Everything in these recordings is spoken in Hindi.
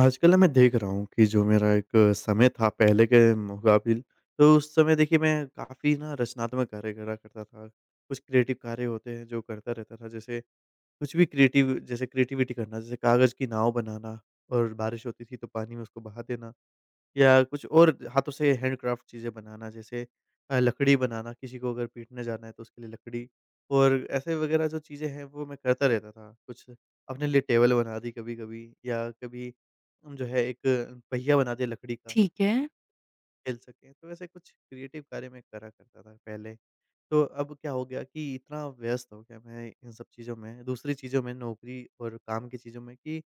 आजकल ना मैं देख रहा हूँ कि जो मेरा एक समय था पहले के मुकाबिल, तो उस समय देखिए मैं काफ़ी ना रचनात्मक कार्य करा करता था। कुछ क्रिएटिव कार्य होते हैं जो करता रहता था, जैसे कुछ भी क्रिएटिव, जैसे क्रिएटिविटी करना, जैसे कागज़ की नाव बनाना और बारिश होती थी तो पानी में उसको बहा देना। या कुछ और हाथों से हैंडक्राफ्ट चीज़ें बनाना, जैसे लकड़ी बनाना, किसी को अगर पीटने जाना है तो उसके लिए लकड़ी। और ऐसे वगैरह जो चीज़ें हैं, वो मैं करता रहता था। कुछ अपने लिए टेबल बना दी कभी-कभी, या कभी जो है एक पहिया बना दिया लकड़ी का, ठीक है, खेल सकें। तो वैसे कुछ क्रिएटिव कार्य मैं करा करता था पहले। तो अब क्या हो गया कि इतना व्यस्त हो गया मैं इन सब चीज़ों में, दूसरी चीज़ों में, नौकरी और काम की चीज़ों में, कि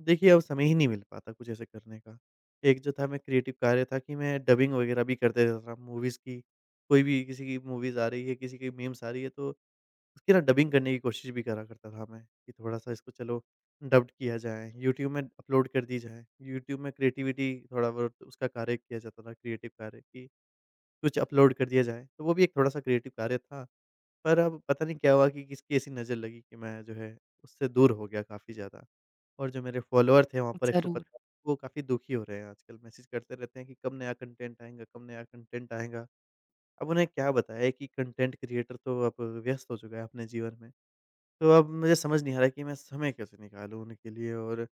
देखिए, अब समय ही नहीं मिल पाता कुछ ऐसे करने का। एक जो था मैं क्रिएटिव कार्य था कि मैं डबिंग वगैरह भी कर देता था मूवीज़ की। कोई भी किसी की मूवीज़ आ रही है, किसी की मीम्स आ रही है, तो उसकी ना डबिंग करने की कोशिश भी करा करता था मैं, कि थोड़ा-सा इसको चलो डब्ड किया जाए, यूट्यूब में अपलोड कर दी जाए। यूट्यूब में क्रिएटिविटी थोड़ा बहुत उसका कार्य किया जाता था, क्रिएटिव कार्य कि कुछ अपलोड कर दिया जाए, तो वो भी एक थोड़ा-सा क्रिएटिव कार्य था। पर अब पता नहीं क्या हुआ कि किसकी ऐसी नज़र लगी कि मैं जो है उससे दूर हो गया काफ़ी ज़्यादा। और जो मेरे फॉलोवर थे वहाँ पर ज़रूर। 150, वो काफ़ी दुखी हो रहे हैं आजकल, मैसेज करते रहते हैं कि कब नया कंटेंट आएगा, कब नया कंटेंट आएगा। अब उन्हें क्या बताएँ कि कंटेंट क्रिएटर तो अब व्यस्त हो चुका है अपने जीवन में। तो अब मुझे समझ नहीं आ रहा है कि मैं समय कैसे निकालूँ उनके लिए, और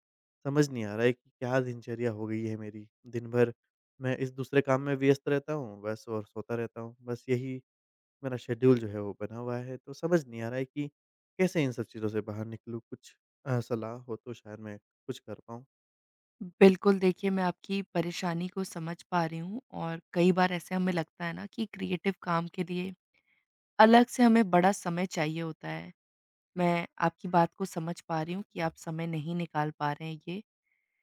समझ नहीं आ रहा है कि क्या दिनचर्या हो गई है मेरी। दिन भर मैं इस दूसरे काम में व्यस्त रहता हूँ बस, और सोता रहता हूँ। बस यही मेरा शेड्यूल जो है वो बना हुआ है। तो समझ नहीं आ रहा है कि कैसे इन सब चीज़ों से बाहर निकलूँ? कुछ सलाह हो तो शायद मैं कुछ कर पाऊँ। बिल्कुल, देखिए मैं आपकी परेशानी को समझ पा रही हूँ और कई बार ऐसे हमें लगता है ना कि क्रिएटिव काम के लिए अलग से हमें बड़ा समय चाहिए होता है। मैं आपकी बात को समझ पा रही हूँ कि आप समय नहीं निकाल पा रहे हैं ये।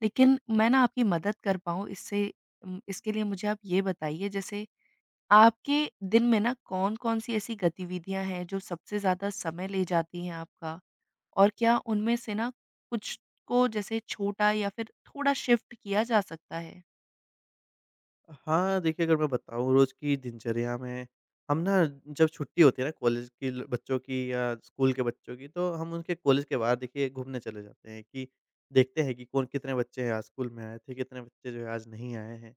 लेकिन मैं ना आपकी मदद कर पाऊँ इससे इसके लिए मुझे आप ये बताइए, जैसे आपके दिन में ना कौन-कौन सी ऐसी गतिविधियाँ हैं जो सबसे ज़्यादा समय ले जाती हैं आपका? और क्या उनमें से ना कुछ को जैसे छोटा या फिर थोड़ा शिफ्ट किया जा सकता है? हाँ, देखिए, अगर मैं बताऊँ रोज़ की दिनचर्या में, हम ना जब छुट्टी होती है ना कॉलेज के ल बच्चों की, या स्कूल के बच्चों की, तो हम उनके कॉलेज के बाहर देखिए घूमने चले जाते हैं कि देखते हैं कि कौन कितने बच्चे हैं आज स्कूल में आए थे, कितने बच्चे जो है आज नहीं आए हैं।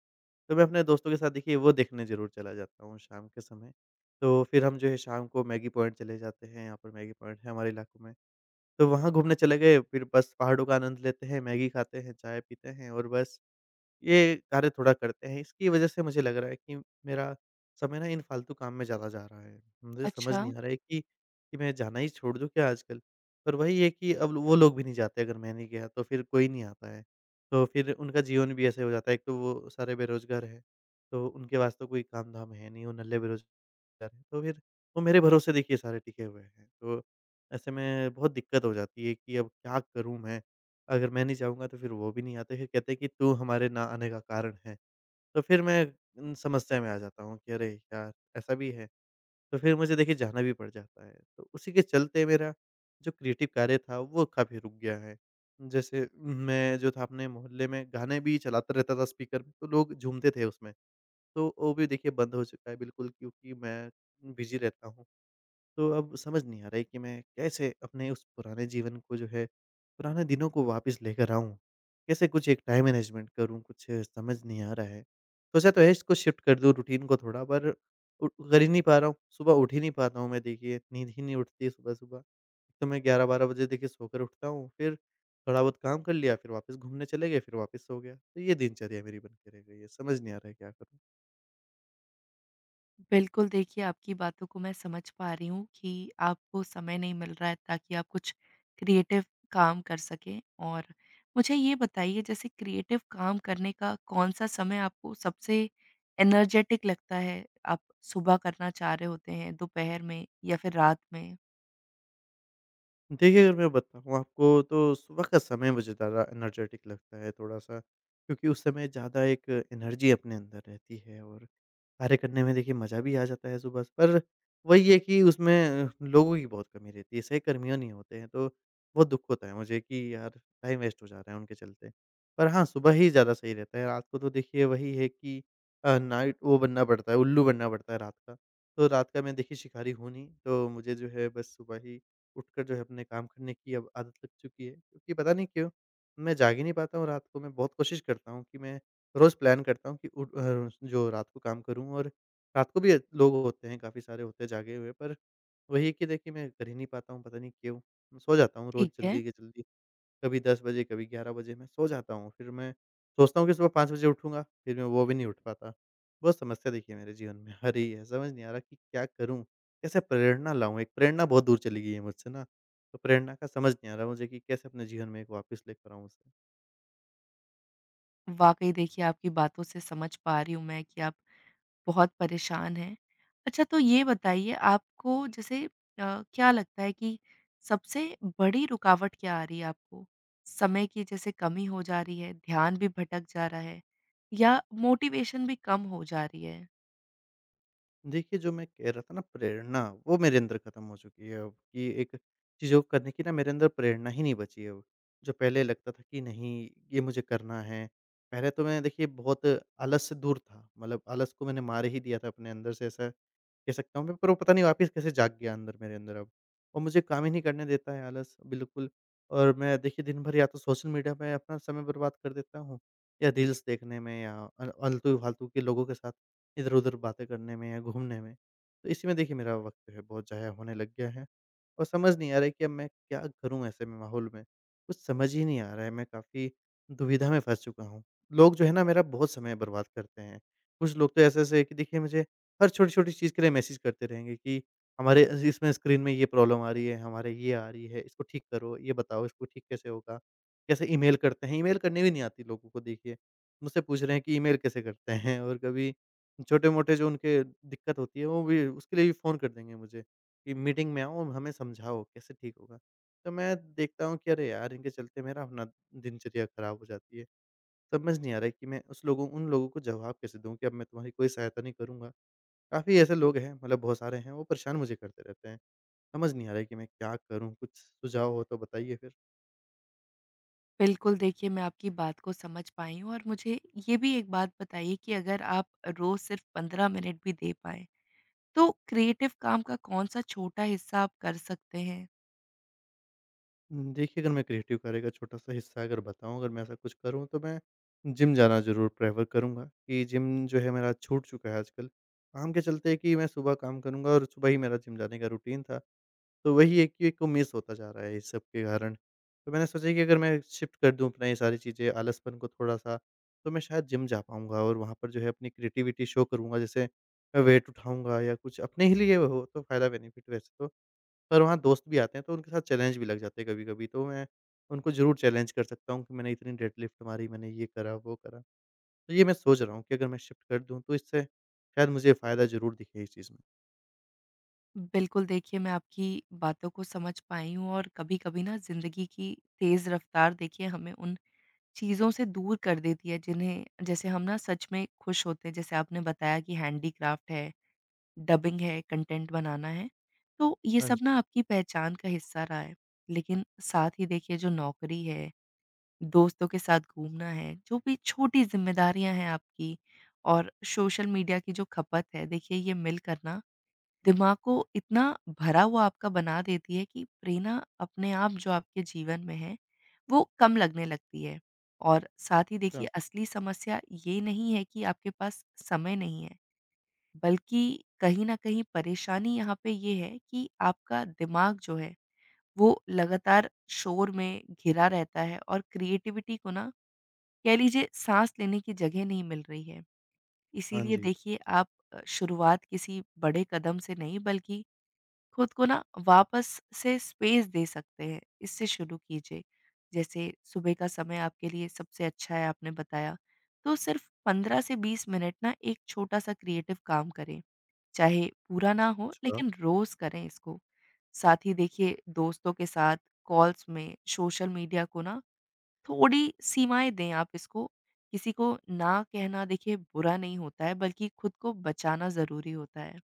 तो मैं अपने दोस्तों के साथ देखिए वो देखने ज़रूर चला जाता हूँ शाम के समय। तो फिर हम जो है शाम को मैगी पॉइंट चले जाते हैं, यहाँ पर मैगी पॉइंट है हमारे इलाकों में। तो वहाँ घूमने चले गए, फिर बस पहाड़ों का आनंद लेते हैं, मैगी खाते हैं, चाय पीते हैं, और बस ये कार्य थोड़ा करते हैं। इसकी वज़ह से मुझे लग रहा है कि मेरा समय ना इन फालतू काम में ज़्यादा जा रहा है। मुझे समझ अच्छा। नहीं आ रहा है कि मैं जाना ही छोड़ दूँ क्या आजकल? पर वही है कि अब वो लोग भी नहीं जाते, अगर मैं नहीं गया तो फिर कोई नहीं आता है। तो फिर उनका जीवन भी ऐसे हो जाता है, एक तो वो सारे बेरोज़गार हैं, तो उनके वास्ते कोई काम-धाम है नहीं, वो नल्ले बेरोज़ जा रहे हैं, तो फिर वो मेरे भरोसे देखिए सारे टिके हुए हैं। तो ऐसे में बहुत दिक्कत हो जाती है कि अब क्या करूँ मैं? अगर मैं नहीं जाऊँगा तो फिर वो भी नहीं आते, फिर कहते हैं कि तू हमारे ना आने का कारण है। तो फिर मैं समस्या में आ जाता हूँ कि अरे यार! ऐसा भी है। तो फिर मुझे देखिए जाना भी पड़ जाता है। तो उसी के चलते मेरा जो क्रिएटिव कार्य था वो काफ़ी रुक गया है। जैसे, मैं जो था अपने मोहल्ले में गाने भी चलाता रहता था स्पीकर में, तो लोग झूमते थे उसमें। तो वो भी देखिए बंद हो चुका है बिल्कुल, क्योंकि मैं बिज़ी रहता हूँ। तो अब समझ नहीं आ रहा है कि मैं कैसे अपने उस पुराने जीवन को जो है, पुराने दिनों को वापस लेकर आऊँ? कैसे कुछ एक टाइम मैनेजमेंट करूँ? कुछ समझ नहीं आ रहा है। सोचा तो है इसको शिफ्ट कर दूँ रूटीन को थोड़ा, पर उ कर ही नहीं पा रहा हूँ। सुबह उठ ही नहीं पाता हूँ मैं देखिए, नींद ही नहीं उठती है सुबह-सुबह। तो मैं 11-12 बजे देखिए सोकर उठता हूँ, फिर थोड़ा बहुत काम कर लिया, फिर वापस घूमने चले गए, फिर वापस सो गया। तो ये दिनचर्या मेरी बन के रह गई है, समझ नहीं आ रहा है क्या करूँ? बिल्कुल, देखिए आपकी बातों को मैं समझ पा रही हूँ कि आपको समय नहीं मिल रहा है ताकि आप कुछ क्रिएटिव काम कर सकें, और मुझे ये बताइए, जैसे क्रिएटिव काम करने का कौन-सा समय आपको सबसे एनर्जेटिक लगता है? आप सुबह करना चाह रहे होते हैं, दोपहर में या फिर रात में? देखिए, अगर मैं बताऊँ आपको, तो सुबह का समय मुझे ज़्यादा एनर्जेटिक लगता है थोड़ा-सा, क्योंकि उस समय ज़्यादा एक एनर्जी अपने अंदर रहती है, और कार्य करने में देखिए मज़ा भी आ जाता है सुबह से। पर वही है कि उसमें लोगों की बहुत कमी रहती है, सहकर्मियों नहीं होते हैं, तो बहुत दुःख होता है मुझे कि यार, टाइम वेस्ट हो जा रहा है उनके चलते। पर हाँ, सुबह ही ज़्यादा सही रहता है। रात को तो देखिए वही है कि नाइट वो बनना पड़ता है, उल्लू बनना पड़ता है रात का। तो रात का मैं देखिए शिकारी हूँ नहीं, तो मुझे जो है बस सुबह ही उठकर जो है अपने काम करने की अब आदत लग चुकी है, क्योंकि पता नहीं क्यों, मैं जाग ही नहीं पाता हूँ रात को। मैं बहुत कोशिश करता हूँ कि मैं रोज़ प्लान करता हूँ कि जो रात को काम करूँ, और रात को भी लोग होते हैं, काफ़ी सारे होते हैं जागे हुए, पर वही है कि देखिए मैं कर ही नहीं पाता हूँ, पता नहीं क्यों? मैं सो जाता हूँ रोज़ ठीक है। जल्दी के जल्दी, कभी 10 बजे, कभी 11 बजे मैं सो जाता हूँ। फिर मैं सोचता हूँ कि सुबह 5 बजे उठूँगा, फिर मैं वो भी नहीं उठ पाता। बहुत समस्या देखिए मेरे जीवन में आ रही है, समझ नहीं आ रहा कि क्या करूँ? कैसे प्रेरणा लाऊँ? एक प्रेरणा बहुत दूर चली गई है मुझसे ना, तो प्रेरणा का समझ नहीं आ रहा मुझे कि कैसे अपने जीवन में एक वापस लेकर आऊँ उसे? वाक़ई देखिए आपकी बातों से समझ पा रही हूँ मैं कि आप बहुत परेशान हैं। अच्छा, तो ये बताइए आपको, जैसे अ, क्या लगता है कि सबसे बड़ी रुकावट क्या आ रही है आपको? समय की जैसे कमी हो जा रही है, ध्यान भी भटक जा रहा है, या मोटिवेशन भी कम हो जा रही है? देखिए, जो मैं कह रहा था ना प्रेरणा, वो मेरे अंदर ख़त्म हो चुकी है अब कि एक चीज़ों को करने की ना मेरे अंदर प्रेरणा ही नहीं बची है अब। जो पहले लगता था कि नहीं, ये मुझे करना है। पहले तो मैं देखिए बहुत आलस से दूर था, मतलब आलस को मैंने मार ही दिया था अपने अंदर से, ऐसा कह सकता हूँ मैं, पर वो पता नहीं वापस कैसे जाग गया अंदर, मेरे अंदर अब। और मुझे काम ही नहीं करने देता है आलस बिल्कुल, और मैं देखिए दिन भर या तो सोशल मीडिया पे अपना समय बर्बाद कर देता हूँ, या रील्स देखने में, या आलतू-फालतू के लोगों के साथ इधर-उधर बातें करने में, या घूमने में। तो इसी में देखिए मेरा वक़्त जो है बहुत ज़ाया होने लग गया है, और समझ नहीं आ रहा है कि अब मैं क्या करूँ ऐसे में माहौल में? कुछ समझ ही नहीं आ रहा है, मैं काफ़ी दुविधा में फँस चुका हूँ। लोग जो है ना, मेरा बहुत समय बर्बाद करते हैं। कुछ लोग तो ऐसे-ऐसे हैं कि देखिए मुझे हर छोटी-छोटी चीज़ के लिए मैसेज करते रहेंगे कि हमारे इस इसमें स्क्रीन में ये प्रॉब्लम आ रही है, हमारे ये आ रही है, इसको ठीक करो, ये बताओ इसको ठीक कैसे होगा? कैसे ईमेल करते हैं? ईमेल करनी भी नहीं आती लोगों को देखिए। मुझसे पूछ रहे हैं कि ईमेल कैसे करते हैं? और कभी छोटे-मोटे जो उनके दिक्कत होती है, वो भी उसके लिए भी फ़ोन कर देंगे मुझे, कि मीटिंग में आओ, हमें समझाओ कैसे ठीक होगा। तो मैं देखता हूँ कि अरे यार! इनके चलते मेरा अपना दिनचर्या ख़राब हो जाती है। समझ नहीं आ रहा है कि मैं उस लोगों उन लोगों को जवाब कैसे दूँ कि अब मैं तुम्हारी कोई सहायता नहीं करूँगा। काफ़ी ऐसे लोग हैं, मतलब बहुत सारे हैं, वो परेशान मुझे करते रहते हैं। समझ नहीं आ रहा है कि मैं क्या करूँ? कुछ सुझाव हो तो बताइए फिर? बिल्कुल, देखिए, मैं आपकी बात को समझ पाई हूँ, और मुझे ये भी एक बात बताइए कि अगर आप रोज़ सिर्फ 15 मिनट भी दे पाएँ, तो क्रिएटिव काम का कौन-सा छोटा हिस्सा आप कर सकते हैं? देखिए, अगर मैं क्रिएटिव कार्य का छोटा-सा हिस्सा अगर बताऊँ, अगर मैं ऐसा कुछ करूँ, तो मैं जिम जाना ज़रूर प्रेफ़र करूँगा, कि जिम जो है मेरा छूट चुका है आजकल। काम के चलते कि मैं सुबह काम करूँगा, और सुबह ही मेरा जिम जाने का रूटीन था, तो वही एक एक को मिस होता जा रहा है इस सब के कारण। तो मैंने सोचा कि अगर मैं शिफ्ट कर दूँ अपना ये सारी चीज़ें, आलसपन को थोड़ा-सा, तो मैं शायद जिम जा पाऊँगा, और वहाँ पर जो है अपनी क्रिएटिविटी शो करूँगा, जैसे मैं वेट उठाऊँगा, या कुछ अपने ही लिए हो तो फ़ायदा बेनिफिट वैसे तो। पर वहाँ दोस्त भी आते हैं, तो उनके साथ चैलेंज भी लग जाते हैं कभी-कभी, तो मैं उनको ज़रूर चैलेंज कर सकता हूँ कि मैंने इतनी डेडलिफ्ट मारी, मैंने ये करा, वो करा। तो ये मैं सोच रहा हूँ कि अगर मैं शिफ्ट कर दूँ, तो इससे शायद मुझे फ़ायदा ज़रूर दिखे इस चीज़ में। बिल्कुल, देखिए मैं आपकी बातों को समझ पाई हूँ, और कभी-कभी ना ज़िंदगी की तेज़ रफ़्तार देखिए हमें उन चीज़ों से दूर कर देती है जिन्हें जैसे हम ना सच में खुश होते हैं। जैसे आपने बताया कि हैंडीक्राफ़्ट है, डबिंग है, कंटेंट बनाना है, तो ये हाँ सब ना जी। आपकी पहचान का हिस्सा रहा है। लेकिन साथ ही देखिए जो नौकरी है, दोस्तों के साथ घूमना है, जो भी छोटी ज़िम्मेदारियाँ हैं आपकी और सोशल मीडिया की जो खपत है, देखिए ये मिलकर ना दिमाग को इतना भरा हुआ आपका बना देती है कि प्रेरणा अपने आप जो आपके जीवन में है, वो कम लगने लगती है। और साथ ही देखिए, अच्छा। असली समस्या ये नहीं है कि आपके पास समय नहीं है, बल्कि कहीं न कहीं परेशानी यहाँ पे ये है कि आपका दिमाग जो है, वो लगातार शोर में घिरा रहता है, और क्रिएटिविटी को ना, कह लीजिए, साँस लेने की जगह नहीं मिल रही है। हाँ इसीलिए जी। देखिए, आप शुरुआत किसी बड़े कदम से नहीं, बल्कि खुद को ना वापस से स्पेस दे सकते हैं, इससे शुरू कीजिए। जैसे सुबह का समय आपके लिए सबसे अच्छा है आपने बताया, तो सिर्फ 15 से 20 मिनट ना एक छोटा-सा क्रिएटिव काम करें, चाहे पूरा ना हो, अच्छा, लेकिन रोज़ करें इसको। साथ ही देखिए, दोस्तों के साथ कॉल्स में, सोशल मीडिया को ना थोड़ी सीमाएँ दें आप इसको। किसी को ना कहना देखिए बुरा नहीं होता है, बल्कि खुद को बचाना ज़रूरी होता है।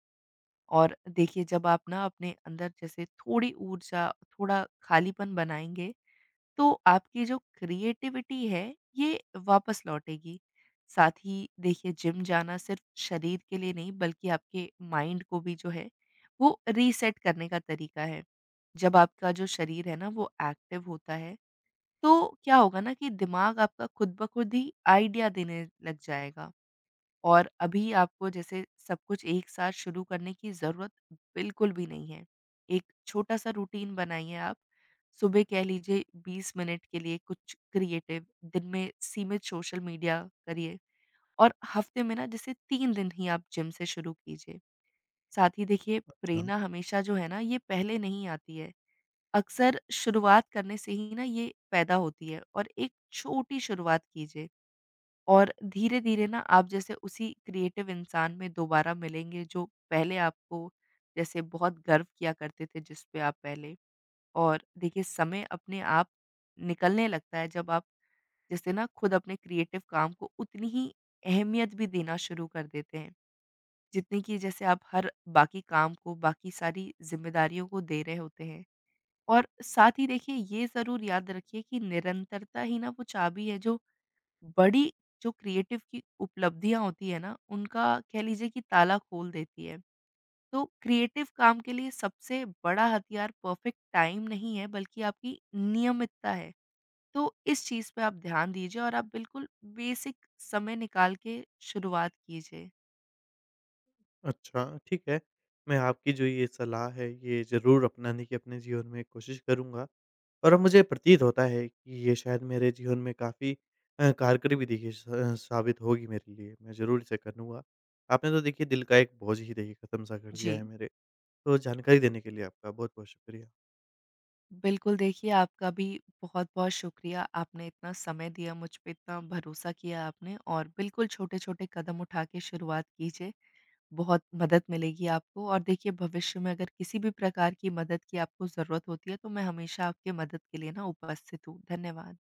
और देखिए, जब आप ना अपने अंदर जैसे थोड़ी ऊर्जा, थोड़ा खालीपन बनाएँगे, तो आपकी जो क्रिएटिविटी है, ये वापस लौटेगी। साथ ही देखिए, जिम जाना सिर्फ़ शरीर के लिए नहीं, बल्कि आपके माइंड को भी जो है, वो रीसेट करने का तरीका है। जब आपका जो शरीर है ना वो एक्टिव होता है, तो क्या होगा ना कि दिमाग आपका खुद ब खुद ही आइडिया देने लग जाएगा। और अभी आपको जैसे सब कुछ एक साथ शुरू करने की ज़रूरत बिल्कुल भी नहीं है। एक छोटा-सा रूटीन बनाइए आप। सुबह कह लीजिए 20 मिनट के लिए कुछ क्रिएटिव, दिन में सीमित सोशल मीडिया करिए, और हफ्ते में ना जैसे 3 दिन ही आप जिम से शुरू कीजिए। साथ ही देखिए, अच्छा, प्रेरणा हमेशा जो है ना ये पहले नहीं आती है। अक्सर शुरुआत करने से ही ना ये पैदा होती है, और एक छोटी शुरुआत कीजिए। और धीरे-धीरे ना आप जैसे उसी क्रिएटिव इंसान में दोबारा मिलेंगे, जो पहले आपको, जैसे बहुत गर्व किया करते थे जिस पे आप पहले, और देखिए समय अपने आप निकलने लगता है जब आप जैसे ना खुद अपने क्रिएटिव काम को उतनी ही अहमियत भी देना शुरू कर देते हैं, जितनी कि जैसे आप हर बाकी काम को, बाकी सारी ज़िम्मेदारियों को दे रहे होते हैं। और साथ ही देखिए, ये ज़रूर याद रखिए कि निरंतरता ही ना वो चाबी है जो बड़ी जो क्रिएटिव की उपलब्धियाँ होती है ना, उनका, कह लीजिए, कि ताला खोल देती है। तो क्रिएटिव काम के लिए सबसे बड़ा हथियार परफेक्ट टाइम नहीं है, बल्कि आपकी नियमितता है। तो इस चीज़ पे आप ध्यान दीजिए, और आप बिल्कुल बेसिक समय निकाल के शुरुआत कीजिए। अच्छा, ठीक है। मैं आपकी जो ये सलाह है, ये ज़रूर अपनाने की अपने जीवन में कोशिश करूँगा, और अब मुझे प्रतीत होता है कि ये शायद मेरे जीवन में काफ़ी कारगर भी देखिए साबित होगी मेरे लिए, मैं ज़रूर इसे करूँगा। आपने तो देखिए दिल का एक बोझ ही देखिए ख़त्म-सा कर जी। दिया है मेरे। तो जानकारी देने के लिए आपका बहुत-बहुत शुक्रिया। बिल्कुल, देखिए आपका भी बहुत-बहुत शुक्रिया। आपने इतना समय दिया, मुझ पे इतना भरोसा किया आपने, और बिल्कुल छोटे-छोटे कदम उठा के शुरुआत कीजिए। बहुत मदद मिलेगी आपको, और देखिए भविष्य में अगर किसी भी प्रकार की मदद की आपको ज़रूरत होती है तो मैं हमेशा आपके मदद के लिए ना उपस्थित हूँ। धन्यवाद।